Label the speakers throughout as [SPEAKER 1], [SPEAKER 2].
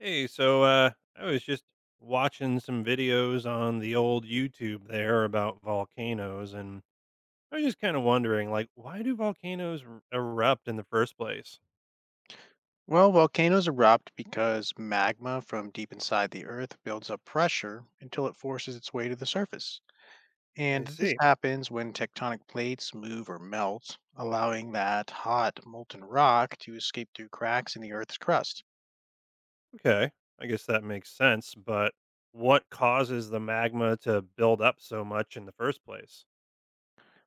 [SPEAKER 1] Hey, I was just watching some videos on the old YouTube there about volcanoes, and I was just kind of wondering, like, why do volcanoes erupt in the first place?
[SPEAKER 2] Well, volcanoes erupt because magma from deep inside the earth builds up pressure until it forces its way to the surface.
[SPEAKER 1] I
[SPEAKER 2] And this
[SPEAKER 1] see.
[SPEAKER 2] happens when tectonic plates move or melt, allowing that hot, molten rock to escape through cracks in the earth's crust.
[SPEAKER 1] Okay, I guess that makes sense, but what causes the magma to build up so much in the first place?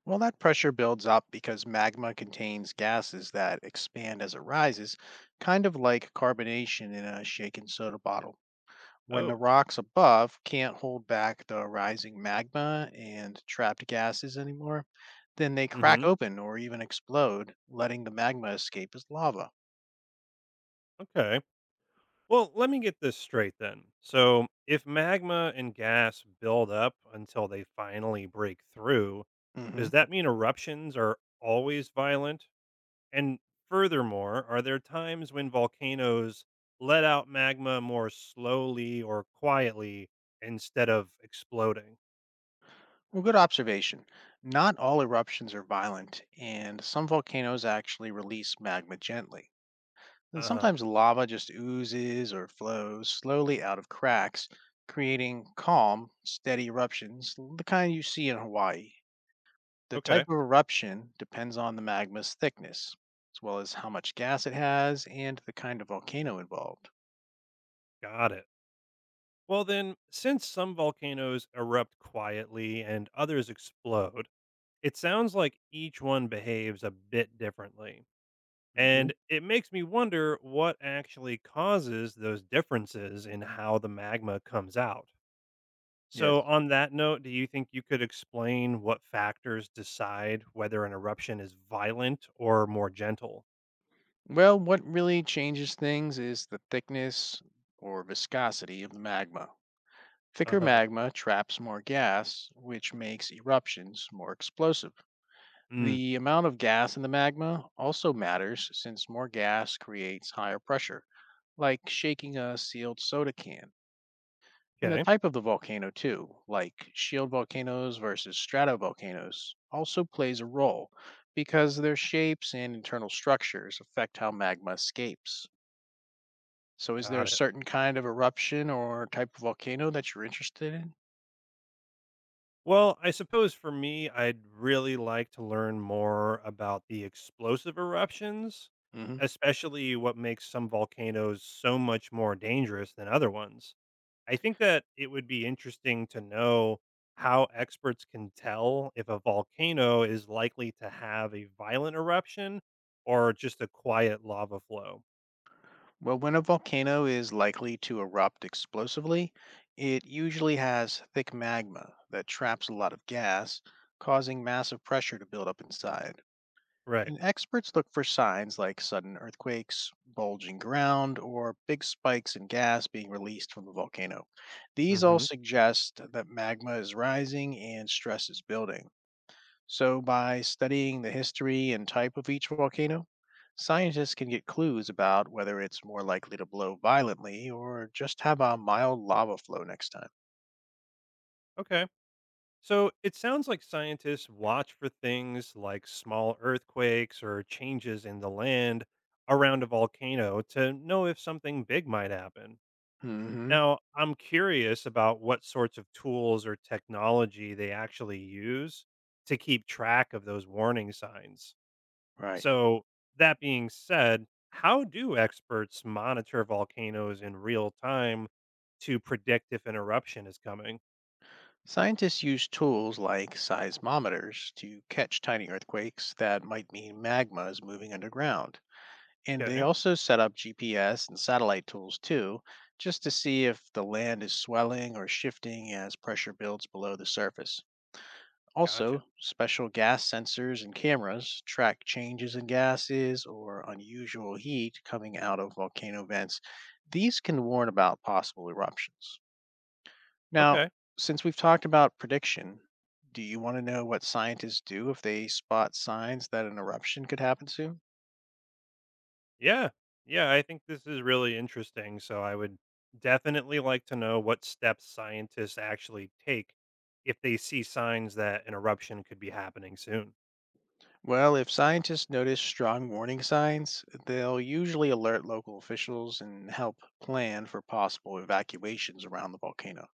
[SPEAKER 2] Well, that pressure builds up because magma contains gases that expand as it rises, kind of like carbonation in a shaken soda bottle. When the
[SPEAKER 1] Oh,
[SPEAKER 2] rocks above can't hold back the rising magma and trapped gases anymore, then they crack
[SPEAKER 1] mm-hmm.
[SPEAKER 2] open or even explode, letting the magma escape as lava.
[SPEAKER 1] Okay. Well, let me get this straight then. So, if magma and gas build up until they finally break through,
[SPEAKER 2] Hmm.
[SPEAKER 1] does that mean eruptions are always violent? And furthermore, are there times when volcanoes let out magma more slowly or quietly instead of exploding?
[SPEAKER 2] Well, good observation. Not all eruptions are violent, and some volcanoes actually release magma gently. And
[SPEAKER 1] Uh huh.
[SPEAKER 2] sometimes lava just oozes or flows slowly out of cracks, creating calm, steady eruptions, the kind you see in Hawaii. The
[SPEAKER 1] Okay.
[SPEAKER 2] type of eruption depends on the magma's thickness, as well as how much gas it has and the kind of volcano involved.
[SPEAKER 1] Got it. Well, then, since some volcanoes erupt quietly and others explode, it sounds like each one behaves a bit differently.
[SPEAKER 2] Hmm.
[SPEAKER 1] And it makes me wonder what actually causes those differences in how the magma comes out.
[SPEAKER 2] Yes.
[SPEAKER 1] So, on that note, do you think you could explain what factors decide whether an eruption is violent or more gentle?
[SPEAKER 2] Well, what really changes things is the thickness or viscosity of the magma.
[SPEAKER 1] Uh
[SPEAKER 2] Thicker
[SPEAKER 1] huh.
[SPEAKER 2] magma traps more gas, which makes eruptions more explosive.
[SPEAKER 1] Mm,
[SPEAKER 2] The amount of gas in the magma also matters since more gas creates higher pressure, like shaking a sealed soda can. And the
[SPEAKER 1] okay,
[SPEAKER 2] type of the volcano, too, like shield volcanoes versus stratovolcanoes, also plays a role because their shapes and internal structures affect how magma escapes. So, is there
[SPEAKER 1] got
[SPEAKER 2] a
[SPEAKER 1] it.
[SPEAKER 2] certain kind of eruption or type of volcano that you're interested in?
[SPEAKER 1] Well, I suppose for me, I'd really like to learn more about the explosive eruptions,
[SPEAKER 2] Hmm.
[SPEAKER 1] especially what makes some volcanoes so much more dangerous than other ones. I think that it would be interesting to know how experts can tell if a volcano is likely to have a violent eruption or just a quiet lava flow.
[SPEAKER 2] Well, when a volcano is likely to erupt explosively, it usually has thick magma that traps a lot of gas, causing massive pressure to build up inside.
[SPEAKER 1] Right.
[SPEAKER 2] And experts look for signs like sudden earthquakes, bulging ground, or big spikes in gas being released from the volcano. These all
[SPEAKER 1] hmm
[SPEAKER 2] suggest that magma is rising and stress is building. So, by studying the history and type of each volcano, scientists can get clues about whether it's more likely to blow violently or just have a mild lava flow next time.
[SPEAKER 1] Okay. So it sounds like scientists watch for things like small earthquakes or changes in the land around a volcano to know if something big might happen.
[SPEAKER 2] Hmm.
[SPEAKER 1] Now, I'm curious about what sorts of tools or technology they actually use to keep track of those warning signs.
[SPEAKER 2] Right.
[SPEAKER 1] So, that being said, how do experts monitor volcanoes in real time to predict if an eruption is coming?
[SPEAKER 2] Scientists use tools like seismometers to catch tiny earthquakes that might mean magma is moving underground. And they
[SPEAKER 1] Okay,
[SPEAKER 2] also set up GPS and satellite tools too, just to see if the land is swelling or shifting as pressure builds below the surface.
[SPEAKER 1] gotcha.
[SPEAKER 2] Also, special gas sensors and cameras track changes in gases or unusual heat coming out of volcano vents. These can warn about possible eruptions. Now,
[SPEAKER 1] Okay,
[SPEAKER 2] since we've talked about prediction, do you want to know what scientists do if they spot signs that an eruption could happen soon?
[SPEAKER 1] yeah, yeah, I think this is really interesting. So, I would definitely like to know what steps scientists actually take if they see signs that an eruption could be happening soon.
[SPEAKER 2] Well, if scientists notice strong warning signs, they'll usually alert local officials and help plan for possible evacuations around the volcano.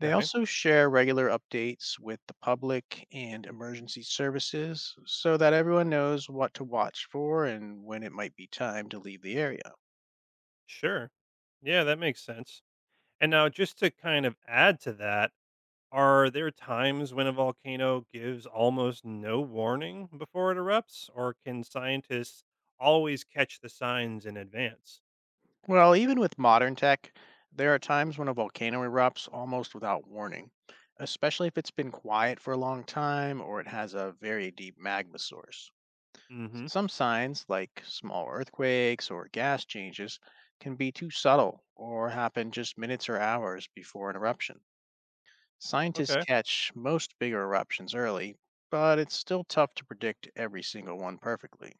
[SPEAKER 2] They
[SPEAKER 1] Okay,
[SPEAKER 2] also share regular updates with the public and emergency services so that everyone knows what to watch for and when it might be time to leave the area.
[SPEAKER 1] sure. Yeah, that makes sense. And now, just to kind of add to that, are there times when a volcano gives almost no warning before it erupts, or can scientists always catch the signs in advance?
[SPEAKER 2] Well, even with modern tech, there are times when a volcano erupts almost without warning, especially if it's been quiet for a long time or it has a very deep magma source.
[SPEAKER 1] Hmm.
[SPEAKER 2] Some signs, like small earthquakes or gas changes, can be too subtle or happen just minutes or hours before an eruption. Scientists
[SPEAKER 1] Okay,
[SPEAKER 2] catch most bigger eruptions early, but it's still tough to predict every single one perfectly.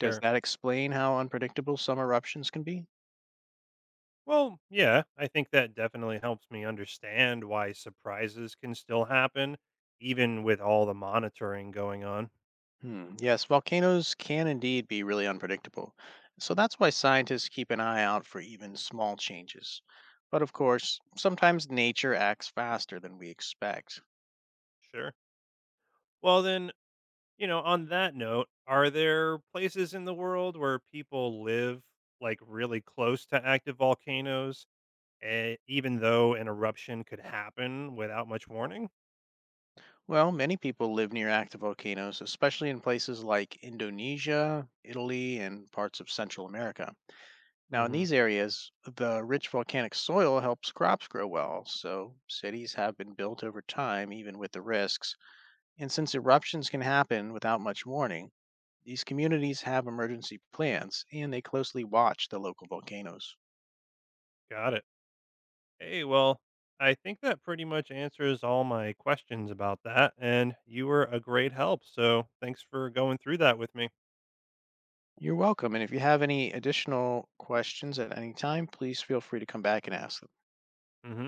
[SPEAKER 2] Does that explain how unpredictable some eruptions can be?
[SPEAKER 1] Well, yeah, I think that definitely helps me understand why surprises can still happen, even with all the monitoring going on.
[SPEAKER 2] Hmm. Yes, volcanoes can indeed be really unpredictable. So that's why scientists keep an eye out for even small changes. But of course, sometimes nature acts faster than we expect.
[SPEAKER 1] Sure. Well, then, you know, on that note, are there places in the world where people live like really close to active volcanoes, even though an eruption could happen without much warning?
[SPEAKER 2] Well, many people live near active volcanoes, especially in places like Indonesia, Italy, and parts of Central America. Now, in
[SPEAKER 1] Hmm.
[SPEAKER 2] these areas, the rich volcanic soil helps crops grow well, so cities have been built over time, even with the risks. And since eruptions can happen without much warning, these communities have emergency plans and they closely watch the local volcanoes.
[SPEAKER 1] Got it. Hey, well, I think that pretty much answers all my questions about that. And you were a great help. So thanks for going through that with me.
[SPEAKER 2] You're welcome. And if you have any additional questions at any time, please feel free to come back and ask them.
[SPEAKER 1] Hmm.